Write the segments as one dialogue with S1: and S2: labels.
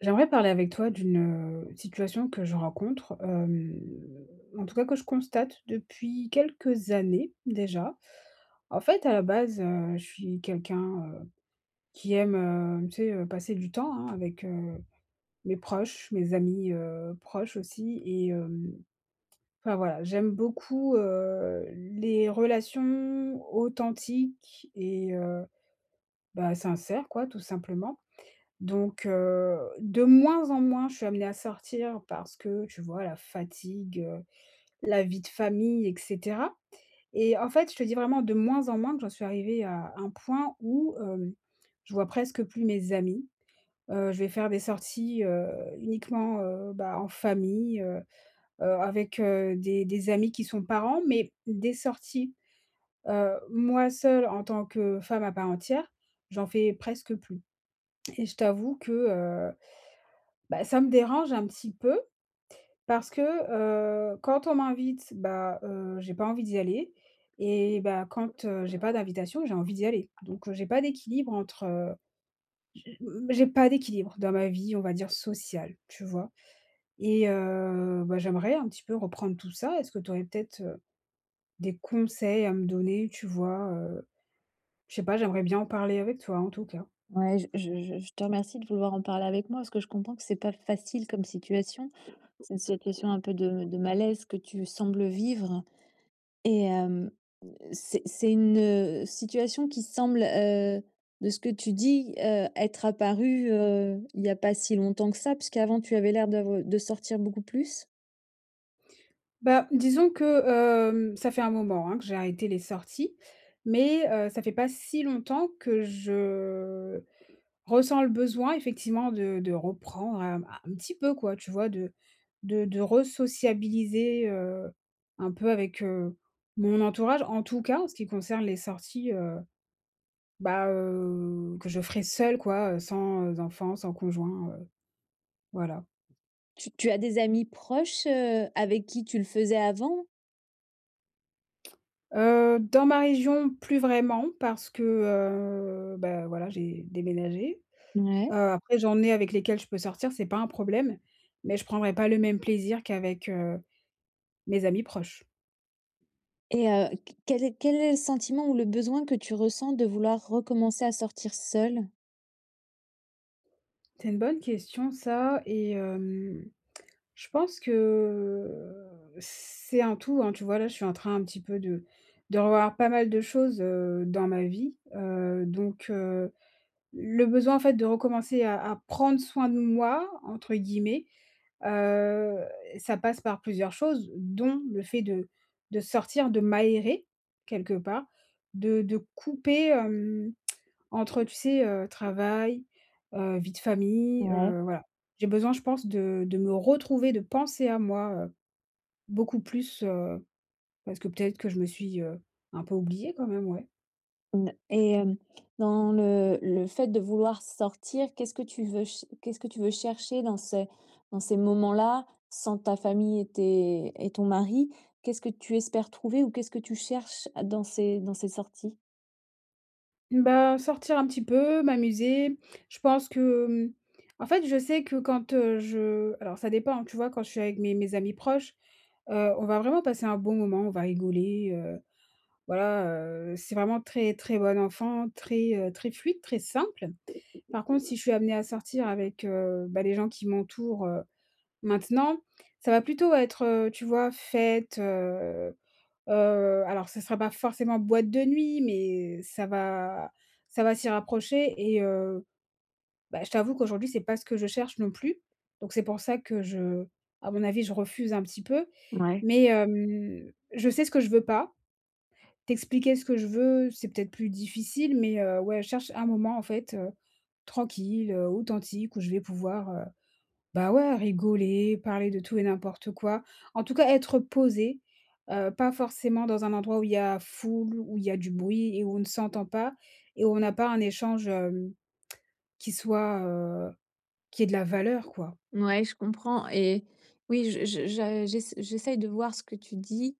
S1: J'aimerais parler avec toi d'une, situation que je rencontre, en tout cas que je constate depuis quelques années déjà. En fait, à la base, je suis quelqu'un, qui aime, tu sais, passer du temps, hein, avec, mes proches, mes amis, proches aussi et, enfin voilà, j'aime beaucoup, les relations authentiques et, bah, sincères quoi, tout simplement. Donc, de moins en moins, je suis amenée à sortir parce que, tu vois, la fatigue, la vie de famille et cetera, et en fait, je te dis vraiment de moins en moins que j'en suis arrivée à un point où, je vois presque plus mes amis. Je vais faire des sorties, uniquement, bah, en famille, avec, des amis qui sont parents, mais des sorties, moi seule en tant que femme à part entière, j'en fais presque plus, et je t'avoue que, bah, ça me dérange un petit peu parce que, quand on m'invite, bah, j'ai pas envie d'y aller, et bah, quand, j'ai pas d'invitation, j'ai envie d'y aller. Donc, j'ai pas d'équilibre entre, m j'ai pas d'équilibre dans ma vie, on va dire sociale, tu vois? Et, bah, j'aimerais un petit peu reprendre tout ça. Est-ce que tu aurais peut-être, des conseils à me donner, tu vois? Je sais pas, j'aimerais bien en parler avec toi, en tout cas.
S2: Ouais, je te remercie de vouloir en parler avec moi parce que je comprends que c'est pas facile comme situation. C'est une situation un peu de malaise que tu sembles vivre et hem, c'est une, situation qui semble, de ce que tu dis, être apparue, il n'y a pas si longtemps que ça, puisqu'avant tu avais l'air d'av de sortir beaucoup plus.
S1: Bah, disons que, ça fait un moment, hein, que j'ai arrêté les sorties, mais, ça fait pas si longtemps que je ressent le besoin effectivement de reprendre, un petit peu quoi, tu vois? De re-sociabiliser, euh, un peu avec, mon entourage. En tout cas, en ce qui concerne les sorties, bah, que je ferai seule quoi, sans, enfant, sans conjoint, voilà.
S2: Tu as des amis proches, avec qui tu le faisais avant?
S1: Dans ma région, plus vraiment parce que, bah, voilà, j'ai déménagé.
S2: Ouais.
S1: Après j'en ai avec lesquels je peux sortir, c'est pas un problème, mais je prendrai pas le même plaisir qu'avec, mes amis proches.
S2: Et q quel est le sentiment ou le besoin que tu ressens de vouloir recommencer à sortir seule?
S1: C'est une bonne question ça et, je pense que c'est un tout, hein. Tu vois, là, je suis en train un petit peu de revoir pas mal de choses, dans ma vie, donc, le besoin en fait de recommencer à «prendre soin de moi» entre guillemets, heu, ça passe par plusieurs choses, dont le fait de sortir, de m'aérer quelque part, de couper, entre, tu sais, travail, vie de famille,
S2: Ouais,
S1: voilà. J'ai besoin, je pense, de me retrouver, de penser à moi, beaucoup plus, parce que peut-être que je me suis, un peu oubliée quand même, ouais.
S2: n Et hem, dans le fait de vouloir sortir, qu'est-ce que tu veux chercher dans ces moments-là, sans ta famille et tes et ton mari? Qu'est-ce que tu espères trouver ou qu'est-ce que tu cherches dans ces sorties?
S1: Bah, sortir un petit peu, m'amuser. Je pense que, en fait, je sais que quand, je alors ça dépend, tu vois? Quand je suis avec mes amis proches, on va vraiment passer un bon moment, on va rigoler, voilà, c'est vraiment très, très bon enfant, très, très fluide, très simple. Par contre, si je suis amenée à sortir avec, bah, les gens qui m'entourent, maintenant, ça va plutôt être, tu vois, fête, alors ce ne sera pas forcément boîte de nuit, mais ça va s'y rapprocher et, bah, je t'avoue qu'aujourd'hui, c'est pas ce que je cherche non plus. Donc c'est pour ça que je à mon avis, je refuse un petit peu.
S2: Ouais.
S1: Mais je sais ce que je veux pas. T'expliquer ce que je veux, c'est peut-être plus difficile, mais, ouais, je cherche un moment en fait, tranquille, authentique où je vais pouvoir, bah, ouais, rigoler, parler de tout et n'importe quoi. En tout cas, être posé, pas forcément dans un endroit où il y a foule, où il y a du bruit et où on ne s'entend pas et où on n'a pas un échange, qui soit, euh, qui ait de la valeur, quoi.
S2: Ouais, je comprends et oui, je j'ess j'essaye de voir ce que tu dis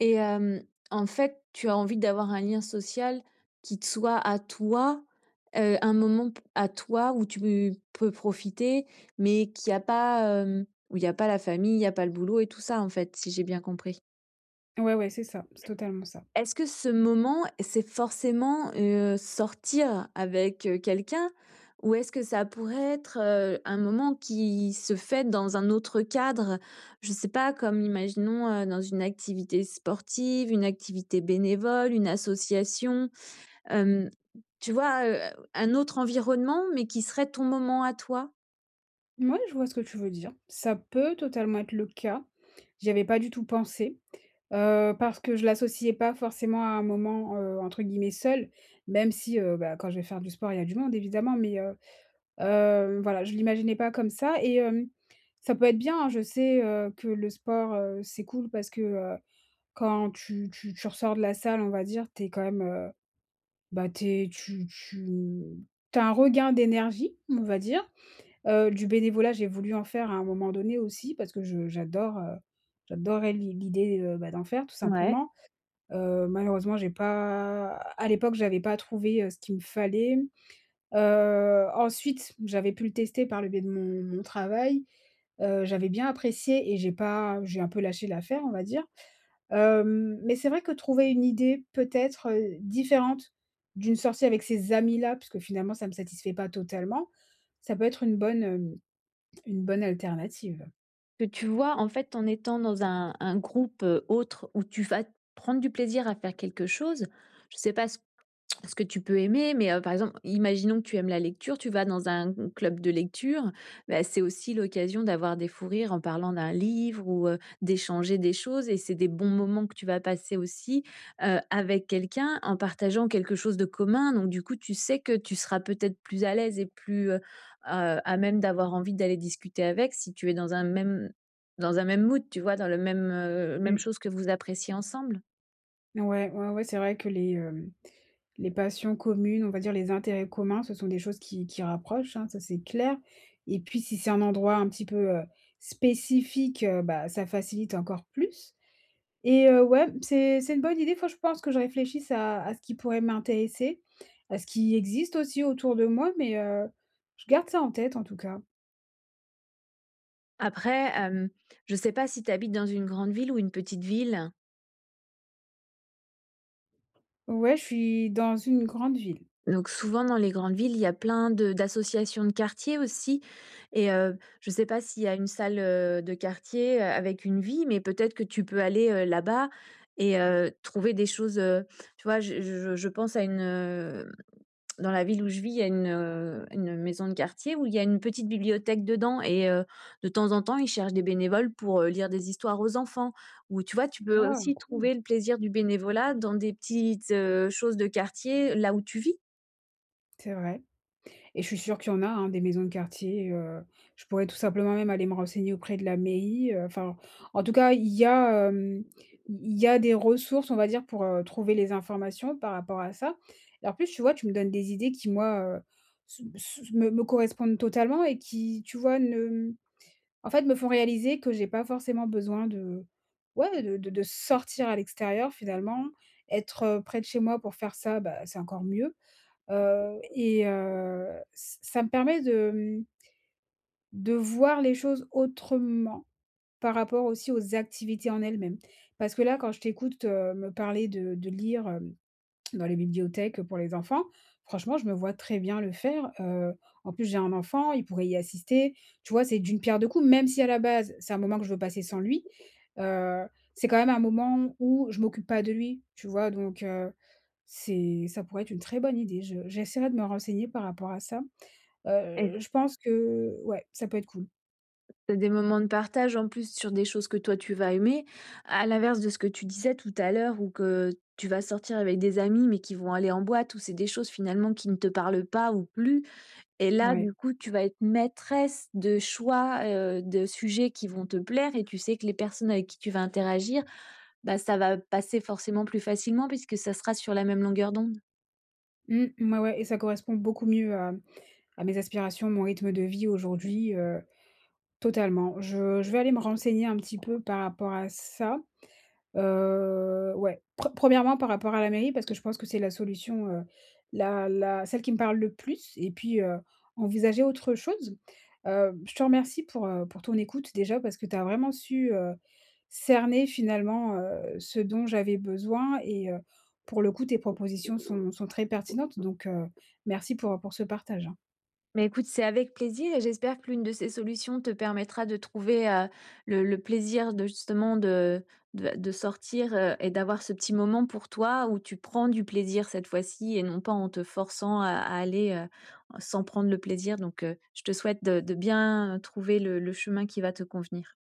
S2: et hem, en fait, tu as envie d'avoir un lien social qui te soit à toi, un moment p à toi où tu peux profiter, mais qui a pas, où il y a pas la famille, il y a pas le boulot et tout ça, en fait, si j'ai bien compris?
S1: Ouais, ouais, c'est ça, c'est totalement ça.
S2: Est-ce que ce moment, c'est forcément, sortir avec, quelqu'un? Ou est-ce que ça pourrait être, un moment qui se fait dans un autre cadre? Je sais pas, comme imaginons, dans une activité sportive, une activité bénévole, une association, hem, tu vois, un autre environnement, mais qui serait ton moment à toi?
S1: Mouais, je vois ce que tu veux dire. Ça peut totalement être le cas. J'y avais pas du tout pensé. Parce que je l'associais pas forcément à un moment, entre guillemets «seul», même si, bah, quand je vais faire du sport, il y a du monde évidemment, mais, voilà, je l'imaginais pas comme ça et, ça peut être bien, hein. Je sais, que le sport, c'est cool parce que, quand tu ressors de la salle, on va dire, t'es quand même, bah, t'es tu tu t'as un regain d'énergie, on va dire. Du bénévolat, j'ai voulu en faire à un moment donné aussi parce que je j'adore, j'adorais l'idée, bah, d'en faire tout
S2: Ouais.
S1: simplement. Malheureusement, j'ai pas à l'époque, j'avais pas trouvé, ce qu'il me fallait. Ensuite, j'avais pu le tester par le biais de mon travail. J'avais bien apprécié et j'ai pas j'ai un peu lâché l'affaire, on va dire. Mais c'est vrai que trouver une idée peut-être, différente d'une sortie avec ces amis-là, puisque finalement ça me satisfait pas totalement, ça peut être une bonne, une bonne alternative.
S2: Que tu vois, en fait, en étant dans un groupe, autre où tu vas prendre du plaisir à faire quelque chose, je sais pas ce que tu peux aimer, mais par exemple, imaginons que tu aimes la lecture, tu vas dans un club de lecture, bah, c'est aussi l'occasion d'avoir des fous rires en parlant d'un livre ou, d'échanger des choses et c'est des bons moments que tu vas passer aussi, avec quelqu'un en partageant quelque chose de commun. Donc du coup, tu sais que tu seras peut-être plus à l'aise et plus, à même d'avoir envie d'aller discuter avec si tu es dans un même mood, tu vois? Dans le même, même
S1: Mmh.
S2: chose que vous appréciez ensemble.
S1: Ouais, ouais, ouais, c'est vrai que les, les passions communes, on va dire les intérêts communs, ce sont des choses qui rapprochent, hein, ça c'est clair et puis si c'est un endroit un petit peu, spécifique, bah, ça facilite encore plus et, ouais, c'est une bonne idée. Faut que je pense que je réfléchisse à ce qui pourrait m'intéresser, à ce qui existe aussi autour de moi, mais, je garde ça en tête en tout cas.
S2: Après, je ne sais pas si tu habites dans une grande ville ou une petite ville.
S1: Ouais, je suis dans une grande ville.
S2: Donc souvent dans les grandes villes, il y a plein de d'associations de quartier aussi et je ne sais pas s'il y a une salle, de quartier, avec une vie, mais peut-être que tu peux aller, là-bas et trouver des choses, tu vois? Je pense à une, dans la ville où je vis, il y a une maison de quartier où il y a une petite bibliothèque dedans et de temps en temps, ils cherchent des bénévoles pour, lire des histoires aux enfants. Ou tu vois, tu peux
S1: Ah
S2: aussi
S1: cool,
S2: trouver le plaisir du bénévolat dans des petites, choses de quartier, là où tu vis
S1: c'est vrai. Et je suis sûre qu'il y en a, hein, des maisons de quartier. Je pourrais tout simplement même aller me renseigner auprès de la mairie, enfin, en tout cas, il y a, il y a des ressources, on va dire, pour, trouver les informations par rapport à ça, et en plus, tu vois, tu me donnes des idées qui, moi, se se me me correspondent totalement et qui, tu vois, ne en fait, me font réaliser que j'ai pas forcément besoin de ouais, de sortir à l'extérieur, finalement. Être, près de chez moi pour faire ça, bah, c'est encore mieux. Et, ç ça me permet de, de voir les choses autrement par rapport aussi aux activités en elles-mêmes. Parce que là, quand je t'écoute, me parler de lire, dans les bibliothèques pour les enfants. Franchement, je me vois très bien le faire. En plus, j'ai un enfant, il pourrait y assister. Tu vois, c'est d'une pierre deux coups, même si à la base, c'est un moment que je veux passer sans lui, heu, c'est quand même un moment où je m'occupe pas de lui, tu vois? Donc, c'est ça pourrait être une très bonne idée. Je j'essaierai de me renseigner par rapport à ça.
S2: et
S1: Je pense que ouais, ça peut être cool.
S2: tu des moments de partage en plus sur des choses que toi tu vas aimer. À l'inverse de ce que tu disais tout à l'heure ou que tu vas sortir avec des amis mais qui vont aller en boîte ou c'est des choses finalement qui ne te parlent pas ou plus. Et là,
S1: Ouais.
S2: du coup, tu vas être maîtresse de choix, de sujets qui vont te plaire et tu sais que les personnes avec qui tu vas interagir, bah, ça va passer forcément plus facilement puisque ça sera sur la même longueur d'onde.
S1: Mmh, ouais, ouais et ça correspond beaucoup mieux à mes aspirations, mon rythme de vie aujourd'hui, totalement. Je vais aller me renseigner un petit peu par rapport à ça. Ouais, premièrement par rapport à la mairie parce que je pense que c'est la solution, la celle qui me parle le plus et puis, envisager autre chose. Je te remercie pour ton écoute déjà parce que tu as vraiment su, cerner finalement, ce dont j'avais besoin et, pour le coup tes propositions sont très pertinentes donc, merci pour ce partage, hein.
S2: Mais écoute, c'est avec plaisir et j'espère que l'une de ces solutions te permettra de trouver, le plaisir de justement de sortir, et d'avoir ce petit moment pour toi où tu prends du plaisir cette fois-ci et non pas en te forçant à aller, sans prendre le plaisir donc je te souhaite de bien trouver le chemin qui va te convenir.